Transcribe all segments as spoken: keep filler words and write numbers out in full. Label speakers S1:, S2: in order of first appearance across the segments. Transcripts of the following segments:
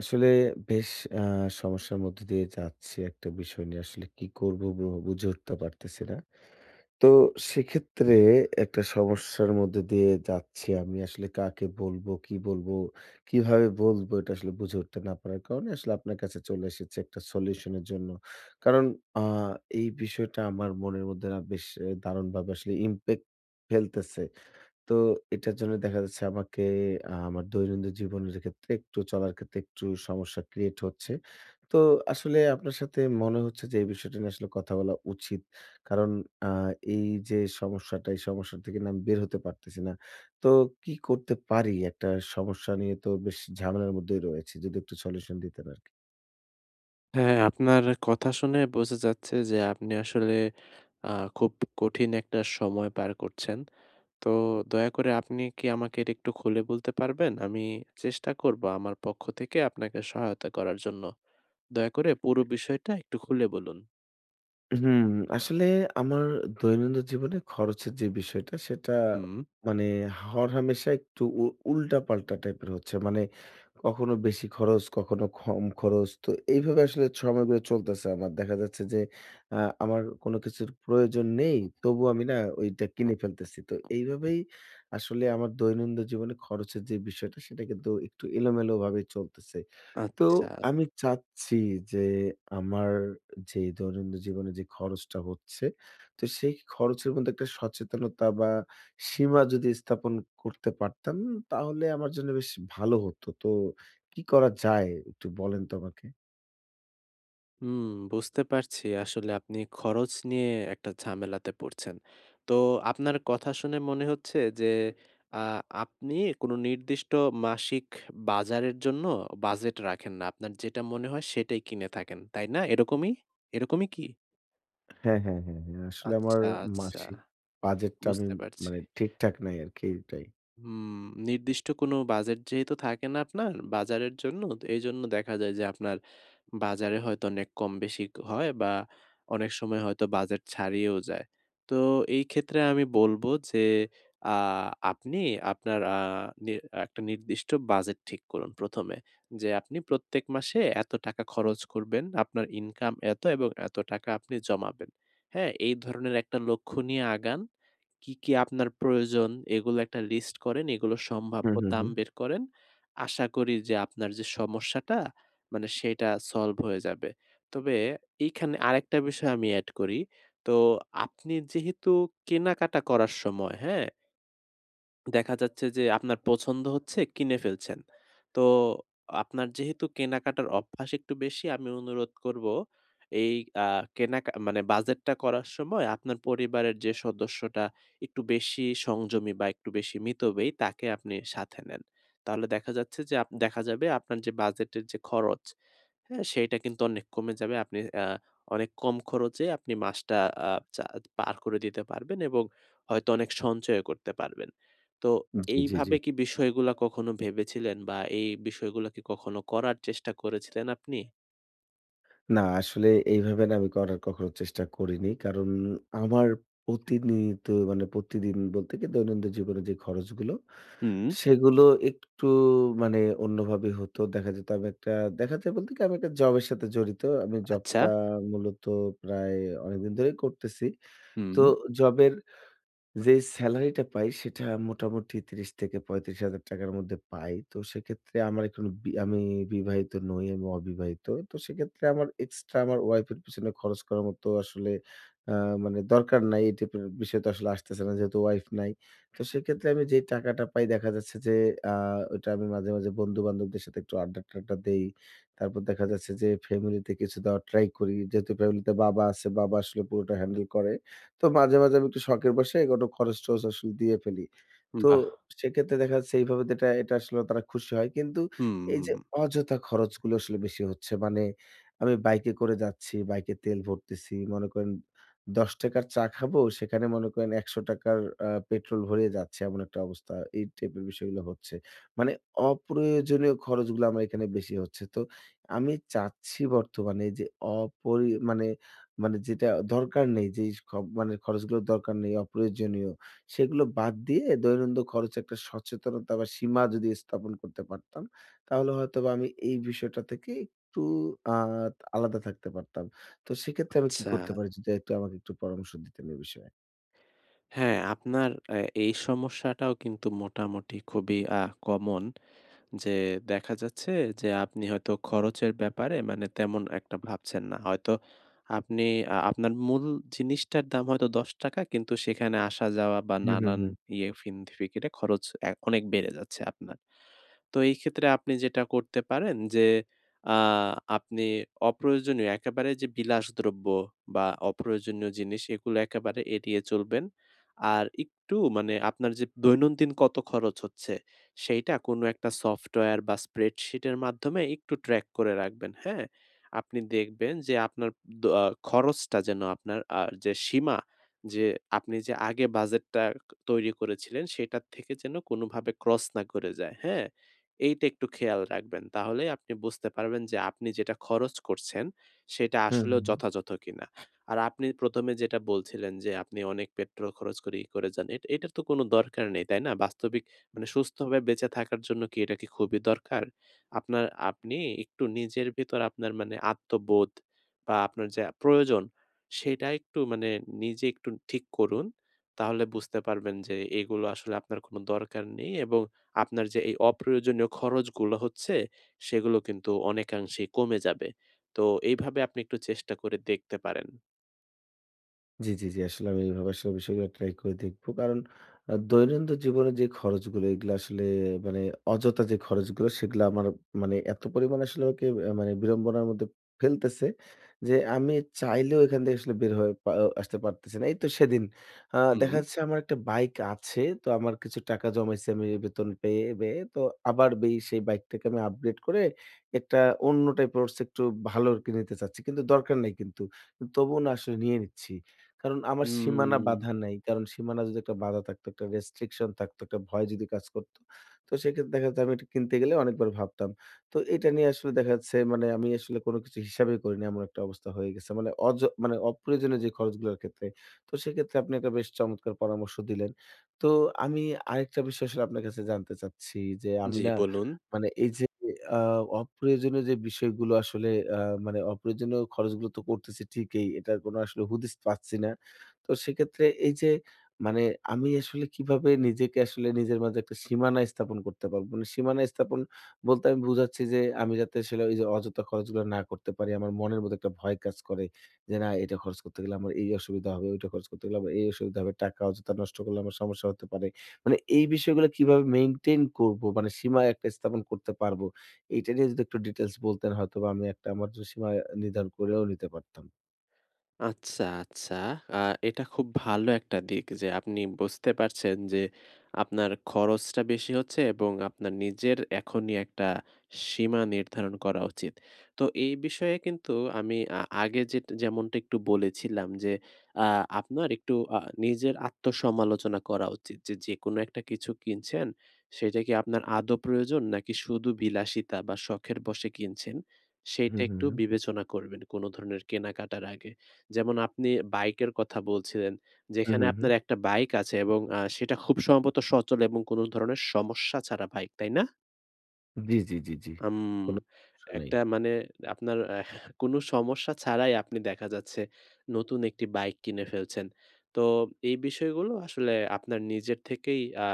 S1: আসলে বেশ আ সমস্যার মধ্য দিয়ে যাচ্ছি একটা বিষয় নিয়ে। আসলে কি করব বু বুঝে উঠতে পারতেছি না। তো সেক্ষেত্রে একটা সমস্যার মধ্য দিয়ে যাচ্ছি আমি। আসলে কাকে বলবো, কি বলবো, কিভাবে বলবো এটা আসলে বুঝে উঠতে না পারার কারণে আসলে আপনার কাছে চলে এসেছি একটা সলিউশন এর জন্য। কারণ আ এই বিষয়টা আমার মনের মধ্যে না বেশ এ দারুণভাবে আসলে ইমপ্যাক্ট ফেলতেছে। তো এটার জন্য দেখা যাচ্ছে আমাকে আ আমার দৈনন্দিন জীবনের ক্ষেত্রে একটু চলার ক্ষেত্রে একটু সমস্যা ক্রিয়েট হচ্ছে। তো আসলে আপনার সাথে মনে হচ্ছে যে এই বিষয়টা নিয়ে আসলে কথা বলা উচিত। কারণ আ এই যে সমস্যাটা, এই সমস্যা থেকে না আমি বের হতে পারতেছি না। তো কি করতে পারি? একটা সমস্যা নিয়ে তো বেশ ঝামেলার মধ্যেই রয়েছি। যদি একটু সলিউশন দিতেন আরকি।
S2: হ্যাঁ, আপনার কথা শুনে বোঝা যাচ্ছে যে আপনি আসলে আ খুব কঠিন একটা সময় পার করছেন। তো দয়া করে আপনি কি আমাকে এটা একটু খুলে বলতে পারবেন? আমি চেষ্টা করব আমার পক্ষ থেকে আপনাকে সহায়তা করার জন্য। দয়া করে পুরো বিষয়টা একটু খুলে বলুন।
S1: হুম, আসলে আমার দৈনন্দিন জীবনে খরচের যে বিষয়টা সেটা
S2: হুম।
S1: মানে হরহামেশা একটু উ উল্টাপাল্টা টাইপের হচ্ছে। মানে কখনো বেশি খরচ, কখনো কম খরচ। তো এইভাবে আসলে সময়গুলো চলতেছে আমার। দেখা যাচ্ছে যে আ আমার কোনো কিছুর প্রয়োজন নেই, তবুও আমি না ওইটা কিনে ফেলতেছি। তো এইভাবেই আসলে আমার দৈনন্দিন জীবনে খরচের যে বিষয়টা, সেটা কিন্তু একটু এলোমেলোভাবে চলতেছে। তো
S2: আচ্ছা।
S1: আমি চাচ্ছি যে আমার যে দৈনন্দিন জীবনে যে খরচটা হচ্ছে, তো সেই খরচের মধ্যে একটা সচেতনতা বা সীমা যদি স্থাপন করতে পারতাম তাহলে আমার জন্য বেশ ভালো হতো। তো কি করা যায় একটু বলেন তো আমাকে?
S2: হুম, বুঝতে পারছি। আসলে আপনি খরচ নিয়ে একটা ঝামেলাতে পড়ছেন। তো আপনার কথা শুনে মনে হচ্ছে যে আ আপনি কোনো নির্দিষ্ট মাসিক বাজারের জন্য বাজেট রাখেন না। আপনার যেটা মনে হয় সেটাই কিনে থাকেন। তাই না? এরকমই এরকমই কি?
S1: হ্যাঁ, হ্যাঁ, হ্যাঁ, হ্যাঁ। আসলে আমার
S2: আচ্ছা, আচ্ছা।
S1: মাসিক বাজেটটা আমি
S2: বুঝতে পারছি।
S1: মানে ঠিকঠাক নাই আরকি এটাই।
S2: হুম, নির্দিষ্ট কোনো বাজেট যেহেতু থাকে না আপনার বাজারের জন্য, তো এইজন্য দেখা যায় যে আপনার বাজারে হয়তো অনেক কম বেশি হয় বা অনেক সময় হয়তো বাজেট ছাড়িয়েও যায়। তো এই ক্ষেত্রে আমি বলব যে আ আপনি আপনার আ নি একটা নির্দিষ্ট বাজেট ঠিক করুন ১ম এ। যে আপনি প্রত্যেক মাসে এত টাকা খরচ করবেন, আপনার ইনকাম এত এবং এত টাকা আপনি জমাবেন। হ্যাঁ? এই ধরনের একটা লক্ষ্য নিয়ে আগান। কি, কি আপনার প্রয়োজন এগুলো একটা লিস্ট করেন, এগুলোর
S1: হুম,
S2: সম্ভাব্য
S1: হুম,
S2: দাম
S1: হুম।
S2: বের করেন। আশা করি যে আপনার যে সমস্যাটা মানে সেটা সলভ হয়ে যাবে। তবে এইখানে আরেকটা বিষয় আমি এড করি। তো আপনি যেহেতু কেনাকাটা করার সময়, হ্যাঁ? দেখা যাচ্ছে যে আপনার পছন্দ হচ্ছে, কিনে ফেলছেন। তো আপনার যেহেতু কেনাকাটার অভ্যাস একটু বেশি, আমি অনুরোধ করব এই আ কেনাকা মানে বাজেটটা করার সময় আপনার পরিবারের যে সদস্যটা একটু বেশি সংযমী বা একটু বেশি মিতব্যয়ী, তাকে আপনি সাথে নেন। তাহলে দেখা যাচ্ছে যে আপ দেখা যাবে আপনার যে বাজেটের যে খরচ, হ্যাঁ? সেইটা কিন্তু অনেক কমে যাবে। আপনি আ অনেক কম খরচে আপনি মাসটা আ চা পার করে দিতে পারবেন এবং হয়তো অনেক সঞ্চয় করতে পারবেন। তো
S1: জি, জি, জি।
S2: এইভাবে কি বিষয়গুলা কখনো ভেবেছিলেন বা এই বিষয়গুলা কি কখনো করার চেষ্টা করেছিলেন আপনি?
S1: না, আসলে এইভাবে না আমি করার কখনো চেষ্টা করিনি। কারণ আমার প্রতিনিয়ত মানে প্রতিদিন বলতে কি দৈনন্দিন জীবনে যে খরচগুলো,
S2: হুম।
S1: সেগুলো একটু মানে অন্যভাবে হতো। দেখা যেত আমি একটা দেখা যায় বলতে কি আমি একটা জবের সাথে জড়িত। আমি
S2: আচ্ছা।
S1: জবটা মূলত প্রায় অনেকদিন ধরেই করতেছি।
S2: হুম।
S1: তো জবের যেই সেলারিটা পাই সেটা মোটামুটি ত্রিশ হাজার-পঁয়ত্রিশ হাজার টাকার মধ্যে পাই। তো সেক্ষেত্রে আমার এখনো বি আমি বিবাহিত নই, আমি অবিবাহিত। তো সেক্ষেত্রে আমার এক্সট্রা আমার ওয়াইফের পেছনে খরচ করার মতো আসলে আ মানে দরকার নাই। এই টাইপের বিষয় তো আসলে আসতেছে না যেহেতু ওয়াইফ নাই। তো সেক্ষেত্রে আমি যেই টাকাটা পাই দেখা যাচ্ছে যে আ ওইটা আমি মাঝে, মাঝে বন্ধু-বান্ধবদের সাথে একটু আড্ডা-টাড্ডা দেই। তারপর দেখা যাচ্ছে যে ফ্যামিলিতে কিছু দেওয়ার ট্রাই করি। যেহেতু ফ্যামিলিতে বাবা আছে, বাবা আসলে পুরোটা হ্যান্ডেল করে। তো মাঝে, মাঝে আমি একটু শখের বশে কোনো খরচ-টরচ আসলে দিয়ে ফেলি। তো
S2: বাহ!
S1: সেক্ষেত্রে দেখা যাচ্ছে এইভাবে তো এটা এটা আসলে তারা খুশি হয়। কিন্তু এই
S2: হুম,
S1: যে অযথা খরচগুলো আসলে বেশি হচ্ছে। মানে আমি বাইকে করে যাচ্ছি, বাইকে তেল ভরতেছি। মনে করেন ৳দশ টাকা র চা খাবো, সেখানে মনে করেন ৳একশ টাকা র আ পেট্রোল ভরিয়ে যাচ্ছে এমন একটা অবস্থা। এই টাইপের বিষয়গুলো হচ্ছে। মানে অপ্রয়োজনীয় খরচগুলো আমার এখানে বেশি হচ্ছে। তো আমি চাচ্ছি বর্তমানে যে অপরি মানে মানে যেটা দরকার নেই, যেই খ মানে খরচগুলোর দরকার নেই, অপ্রয়োজনীয়, সেগুলো বাদ দিয়ে দৈনন্দিন খরচে একটা সচেতনতা বা সীমা যদি স্থাপন করতে পারতাম, তাহলে হয়তোবা আমি এই বিষয়টা থেকে একটু আ আলাদা থাকতে পারতাম। তো সেক্ষেত্রে আমি কি
S2: আচ্ছা।
S1: করতে পারি? যদি একটু আমাকে একটু পরামর্শ দিতেন এই বিষয়ে।
S2: হ্যাঁ, আপনার অ্যা এই সমস্যাটাও কিন্তু মোটামুটি খুবই আ কমন যে দেখা যাচ্ছে যে আপনি হয়তো খরচের ব্যাপারে মানে তেমন একটা ভাবছেন না। হয়তো আপনি আ আপনার মূল জিনিসটার দাম হয়তো ৳দশ কিন্তু সেখানে আসা যাওয়া বা
S1: হুম, হুম,
S2: নানান
S1: হুম।
S2: ইয়ে ফিনফিকিরে খরচ অ্যা অনেক বেড়ে যাচ্ছে আপনার। তো এই ক্ষেত্রে আপনি যেটা করতে পারেন যে আ আপনি অপ্রয়োজনীয় একেবারে যে বিলাসদ্রব্য বা অপ্রয়োজনীয় জিনিস এগুলো একেবারে এড়িয়ে চলবেন। আর একটু মানে আপনার যে দৈনন্দিন কত খরচ হচ্ছে সেইটা কোনো একটা সফটওয়্যার বা স্প্রেডশিটের মাধ্যমে একটু ট্র্যাক করে রাখবেন, হ্যাঁ? আপনি দেখবেন যে আপনার দ আ খরচটা যেন আপনার আ যে সীমা যে আপনি যে আগে বাজেটটা তৈরি করেছিলেন সেটার থেকে যেন কোনোভাবে ক্রস না করে যায়, হ্যাঁ? এইটা একটু খেয়াল রাখবেন। তাহলেই আপনি বুঝতে পারবেন যে আপনি যেটা খরচ করছেন সেটা
S1: হুম,
S2: আসলেও
S1: হুম।
S2: যথাযথ কিনা। আর আপনি ১ম এ যেটা বলছিলেন যে আপনি অনেক পেট্রোল খরচ করে ই করে যান। এট এটার তো কোনো দরকার নেই, তাই না? বাস্তবিক মানে সুস্থভাবে বেঁচে থাকার জন্য কি এটা কি খুবই দরকার? আপনার আপনি একটু নিজের ভেতর আপনার মানে আত্মবোধ বা আপনার যা প্রয়োজন সেটা একটু মানে নিজে একটু ঠিক করুন। তাহলে বুঝতে পারবেন যে এগুলো আসলে আপনার কোনো দরকার নেই এবং আপনার যে এই অপ্রয়োজনীয় খরচগুলো হচ্ছে, সেগুলো কিন্তু অনেকাংশেই কমে যাবে। তো এইভাবে আপনি একটু চেষ্টা করে দেখতে পারেন।
S1: জি, জি, জি। আসলে আমি এভাবে আসলে বিষয়গুলো ট্রাই করে দেখবো। কারণ আ দৈনন্দিন জীবনে যে খরচগুলো এগুলো আসলে মানে অযথা যে খরচগুলো সেগুলো আমার মানে এত পরিমাণে আসলে আমাকে আ মানে বিড়ম্বনার মধ্যে ফেলতেছে যে আমি চাইলেও এখান থেকে আসলে বের হয়ে পা আহ, আসতে পারতেছি না। এই তো সেদিন আ
S2: হুম।
S1: দেখা যাচ্ছে আমার একটা বাইক আছে। তো আমার কিছু টাকা জমাইছি আমি বেতন পেয়ে, পেয়ে তো আবার বেই সেই বাইকটাকে আমি আপগ্রেড করে একটা অন্য টাইপের ওর চেয়ে একটু ভালো কিনে নিতে চাচ্ছি। কিন্তু দরকার নাই কিন্তু। তবুও না আসলে নিয়ে নিচ্ছি। কারণ আমার সীমানা
S2: উম
S1: বাঁধা নাই। কারণ সীমানা যদি একটা বাঁধা থাকতো, একটা রেস্ট্রিকশন থাকতো, একটা ভয় যদি কাজ করত। তো সেক্ষেত্রে দেখা যাচ্ছে আমি এটা কিনতে গেলে অনেকবার ভাবতাম। তো এটা নিয়ে আসলে দেখা যাচ্ছে মানে আমি আসলে কোনো কিছু হিসাবই করিনি। এমন একটা অবস্থা হয়ে গেছে। মানে অজ মানে অপ্রয়োজনীয় যে খরচগুলোর ক্ষেত্রে। তো সেক্ষেত্রে আপনি একটা বেশ চমৎকার পরামর্শ দিলেন। তো আমি আরেকটা বিষয় আসলে আপনার কাছে জানতে চাচ্ছি যে আমি
S2: জি,
S1: না
S2: বলুন।
S1: মানে এই যে আ অপ্রয়োজনীয় যে বিষয়গুলো আসলে আহ, মানে অপ্রয়োজনীয় খরচগুলো তো করতেছি ঠিকই। এটার কোনো আসলে হুদিস পাচ্ছি না। তো সেক্ষেত্রে এই যে মানে আমি আসলে কিভাবে নিজেকে আসলে নিজের মাঝে একটা সীমানা স্থাপন করতে পারবো? মানে সীমানা স্থাপন বলতে আমি বুঝাচ্ছি যে আমি যাতে আসলে ওই যে অযথা খরচগুলো না করতে পারি। আমার মনের মধ্যে একটা ভয় কাজ করে যে, "না এটা খরচ করতে গেলে আমার এই অসুবিধা হবে, ওইটা খরচ করতে গেলে আমার এই অসুবিধা হবে। টাকা অযথা নষ্ট করলে আমার সমস্যা হতে পারে।" মানে এই বিষয়গুলো কিভাবে মেইনটেইন করবো? মানে সীমা একটা স্থাপন করতে পারবো? এইটা নিয়ে যদি একটু ডিটেইলস বলতেন হয়তোবা আমি একটা আমার সীমা নির্ধারণ করেও নিতে পারতাম।
S2: আচ্ছা, আচ্ছা। আ এটা খুব ভালো একটা দিক যে আপনি বুঝতে পারছেন যে আপনার খরচটা বেশি হচ্ছে এবং আপনার নিজের এখনই একটা সীমা নির্ধারণ করা উচিত। তো এই বিষয়ে কিন্তু আমি আ আগে যেট যেমনটা একটু বলেছিলাম যে আ আপনার একটু আ নিজের আত্মসমালোচনা করা উচিত যে, যেকোনো একটা কিছু কিনছেন সেটা কি আপনার আদৌ প্রয়োজন নাকি শুধু বিলাসিতা বা শখের বশে কিনছেন, সেইটা
S1: হুম, হুম,
S2: একটু
S1: হুম,
S2: বিবেচনা করবেন কোনো ধরনের কেনাকাটার আগে। যেমন আপনি বাইকের কথা বলছিলেন,
S1: হুম,
S2: যেখানে
S1: হুম, হুম।
S2: আপনার একটা বাইক আছে এবং আ সেটা খুব সম্ভবত সচল এবং কোন ধরনের সমস্যা ছাড়া বাইক, তাই না?
S1: জি, জি, জি, জি।
S2: হুম,
S1: কোনো সমস্যা নাই।
S2: একটা মানে আপনার এহ কোন সমস্যা ছাড়াই আপনি দেখা যাচ্ছে নতুন একটি বাইক কিনে ফেলছেন। তো এই বিষয়গুলো আসলে আপনার নিজের থেকেই আ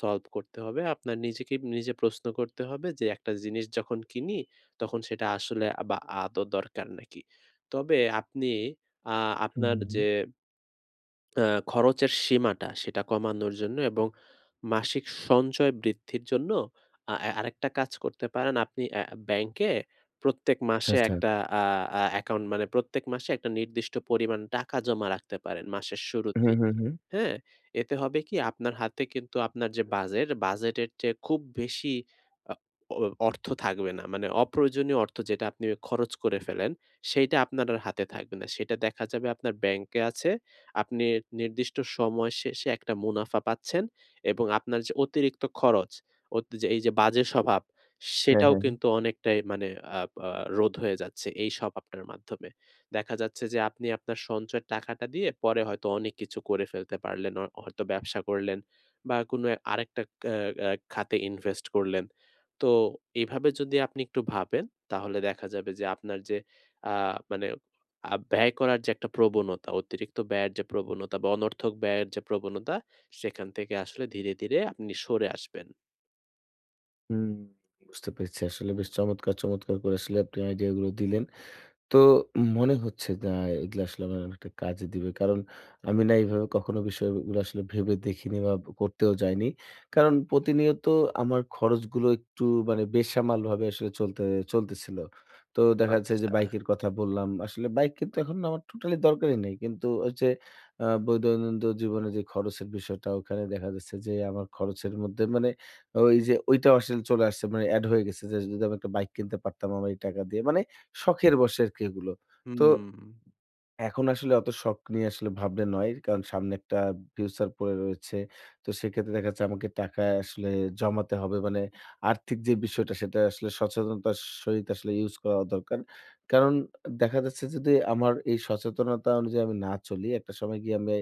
S2: সলভ করতে হবে। আপনার নিজেকেই নিজে প্রশ্ন করতে হবে যে একটা জিনিস যখন কিনি তখন সেটা আসলে আ বা আদৌ দরকার নাকি? তবে আপনি আ
S1: হুম,
S2: আপনার
S1: হুম, হুম।
S2: যে আ খরচের সীমাটা সেটা কমানোর জন্য এবং মাসিক সঞ্চয় বৃদ্ধির জন্য আ আ আরেকটা কাজ করতে পারেন। আপনি অ্যা ব্যাংকে প্রত্যেক
S1: আচ্ছা,
S2: মাসে
S1: আচ্ছা।
S2: একটা আ আ অ্যাকাউন্ট মানে প্রত্যেক মাসে একটা নির্দিষ্ট পরিমাণ টাকা জমা রাখতে পারেন মাসের
S1: হুম,
S2: শুরুতেই।
S1: হুম, হুম।
S2: হ্যাঁ, এতে হবে কি আপনার হাতে কিন্তু আপনার যে বাজেট, বাজেটের চেয়ে খুব বেশি আ অ অর্থ থাকবে না। মানে অপ্রয়োজনীয় অর্থ যেটা আপনি খরচ করে ফেলেন, সেইটা আপনার আর হাতে থাকবে না। সেটা দেখা যাবে আপনার ব্যাংকে আছে। আপনি নির্দিষ্ট সময় শেষে একটা মুনাফা পাচ্ছেন এবং আপনার যে অতিরিক্ত খরচ, অতি যে এই যে বাজে স্বভাব,
S1: হ্যাঁ,
S2: সেটাও
S1: হ্যাঁ, হ্যাঁ।
S2: কিন্তু অনেকটাই মানে আ আ রোধ হয়ে যাচ্ছে এই স্বভাবটার মাধ্যমে। দেখা যাচ্ছে যে আপনি আপনার সঞ্চয়ের টাকাটা দিয়ে পরে হয়তো অনেক কিছু করে ফেলতে পারলেন। অ হয়তো ব্যবসা করলেন বা কোনো এক- আরেকটা আ আ খাতে ইনভেস্ট করলেন। তো এভাবে যদি আপনি একটু ভাবেন তাহলে দেখা যাবে যে আপনার যে আ মানে আ ব্যয় করার যে একটা প্রবণতা, অতিরিক্ত ব্যয়ের যে প্রবণতা বা অনর্থক ব্যয়ের যে প্রবণতা সেখান থেকে আসলে ধীরে, ধীরে আপনি সরে আসবেন।
S1: হুম, বুঝতে পেরেছি। আসলে বেশ চমৎকার, চমৎকার করে আসলে আপনি আইডিয়া গুলো দিলেন। তো মনে হচ্ছে না এগুলা আসলে আমার অনেকটা কাজে দিবে। কারণ আমি না এইভাবে কখনো বিষয়গুলো আসলে ভেবে দেখিনি বা করতেও যাইনি। কারণ প্রতিনিয়ত আমার খরচগুলো একটু মানে বেসামালভাবে আসলে চলতে চলতেছিল। তো দেখা যাচ্ছে
S2: আচ্ছা,
S1: যে বাইকের কথা বললাম। আসলে বাইক কিন্তু এখন আমার টোটালি দরকারই নেই। কিন্তু হচ্ছে আ বৈদৈনন্দ জীবনে যে খরচের বিষয়টা ওখানে দেখা যাচ্ছে যে আমার খরচের মধ্যে মানে ওই যে ঐটাও আসলে চলে আসছে মানে এড হয়ে গেছে যে যদি আমি একটা বাইক কিনতে পারতাম আমার এই টাকা দিয়ে। মানে শখের বশে আরকি এগুলো। তো
S2: হুম।
S1: এখন আসলে অত শখ নিয়ে আসলে ভাবলে নয়। কারণ সামনে একটা ফিউচার পড়ে রয়েছে। তো সেক্ষেত্রে দেখা যাচ্ছে আমাকে টাকা আসলে জমাতে হবে। মানে আর্থিক যে বিষয়টা সেটা আসলে সচেতনতার সহিত আসলে ইউজ করা দরকার। কারণ দেখা যাচ্ছে যদি আমার এই সচেতনতা অনুযায়ী আমি না চলি, একটা সময় গিয়ে আমি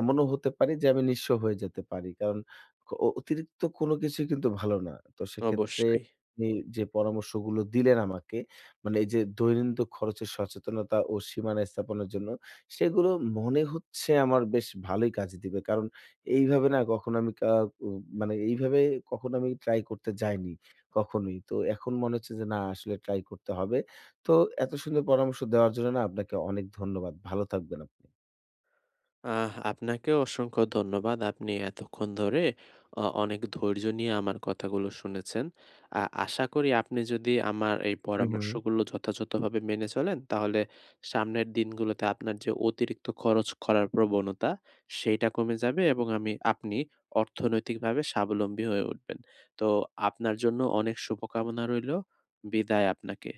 S1: এমনও হতে পারি যে আমি নিঃস্ব হয়ে যেতে পারি। কারণ অ অতিরিক্ত কোনো কিছুই কিন্তু ভালো না। তো সেক্ষেত্রে
S2: অবশ্যই।
S1: আপনি যে পরামর্শগুলো দিলেন আমাকে মানে এই যে দৈনন্দিন খরচের সচেতনতা ও সীমানা স্থাপনের জন্য সেগুলো মনে হচ্ছে আমার বেশ ভালোই কাজে দিবে। কারণ এইভাবে না কখনো আমি কা উ মানে এইভাবে কখনো আমি ট্রাই করতে যাইনি কখনোই। তো এখন মনে হচ্ছে যে না আসলে ট্রাই করতে হবে। তো এত সুন্দর পরামর্শ দেওয়ার জন্য না আপনাকে অনেক ধন্যবাদ। ভালো থাকবেন আপনি।
S2: আহ আপনাকেও অসংখ্য ধন্যবাদ। আপনি এতক্ষণ ধরে অ অনেক ধৈর্য নিয়ে আমার কথাগুলো শুনেছেন। আ আশা করি আপনি যদি আমার এই
S1: হু, হু।
S2: পরামর্শগুলো যথাযথভাবে মেনে চলেন, তাহলে সামনের দিনগুলোতে আপনার যে অতিরিক্ত খরচ করার প্রবণতা, সেইটা কমে যাবে এবং আমি আপনি অর্থনৈতিকভাবে স্বাবলম্বী হয়ে উঠবেন। তো আপনার জন্য অনেক শুভকামনা রইলো। বিদায় আপনাকে।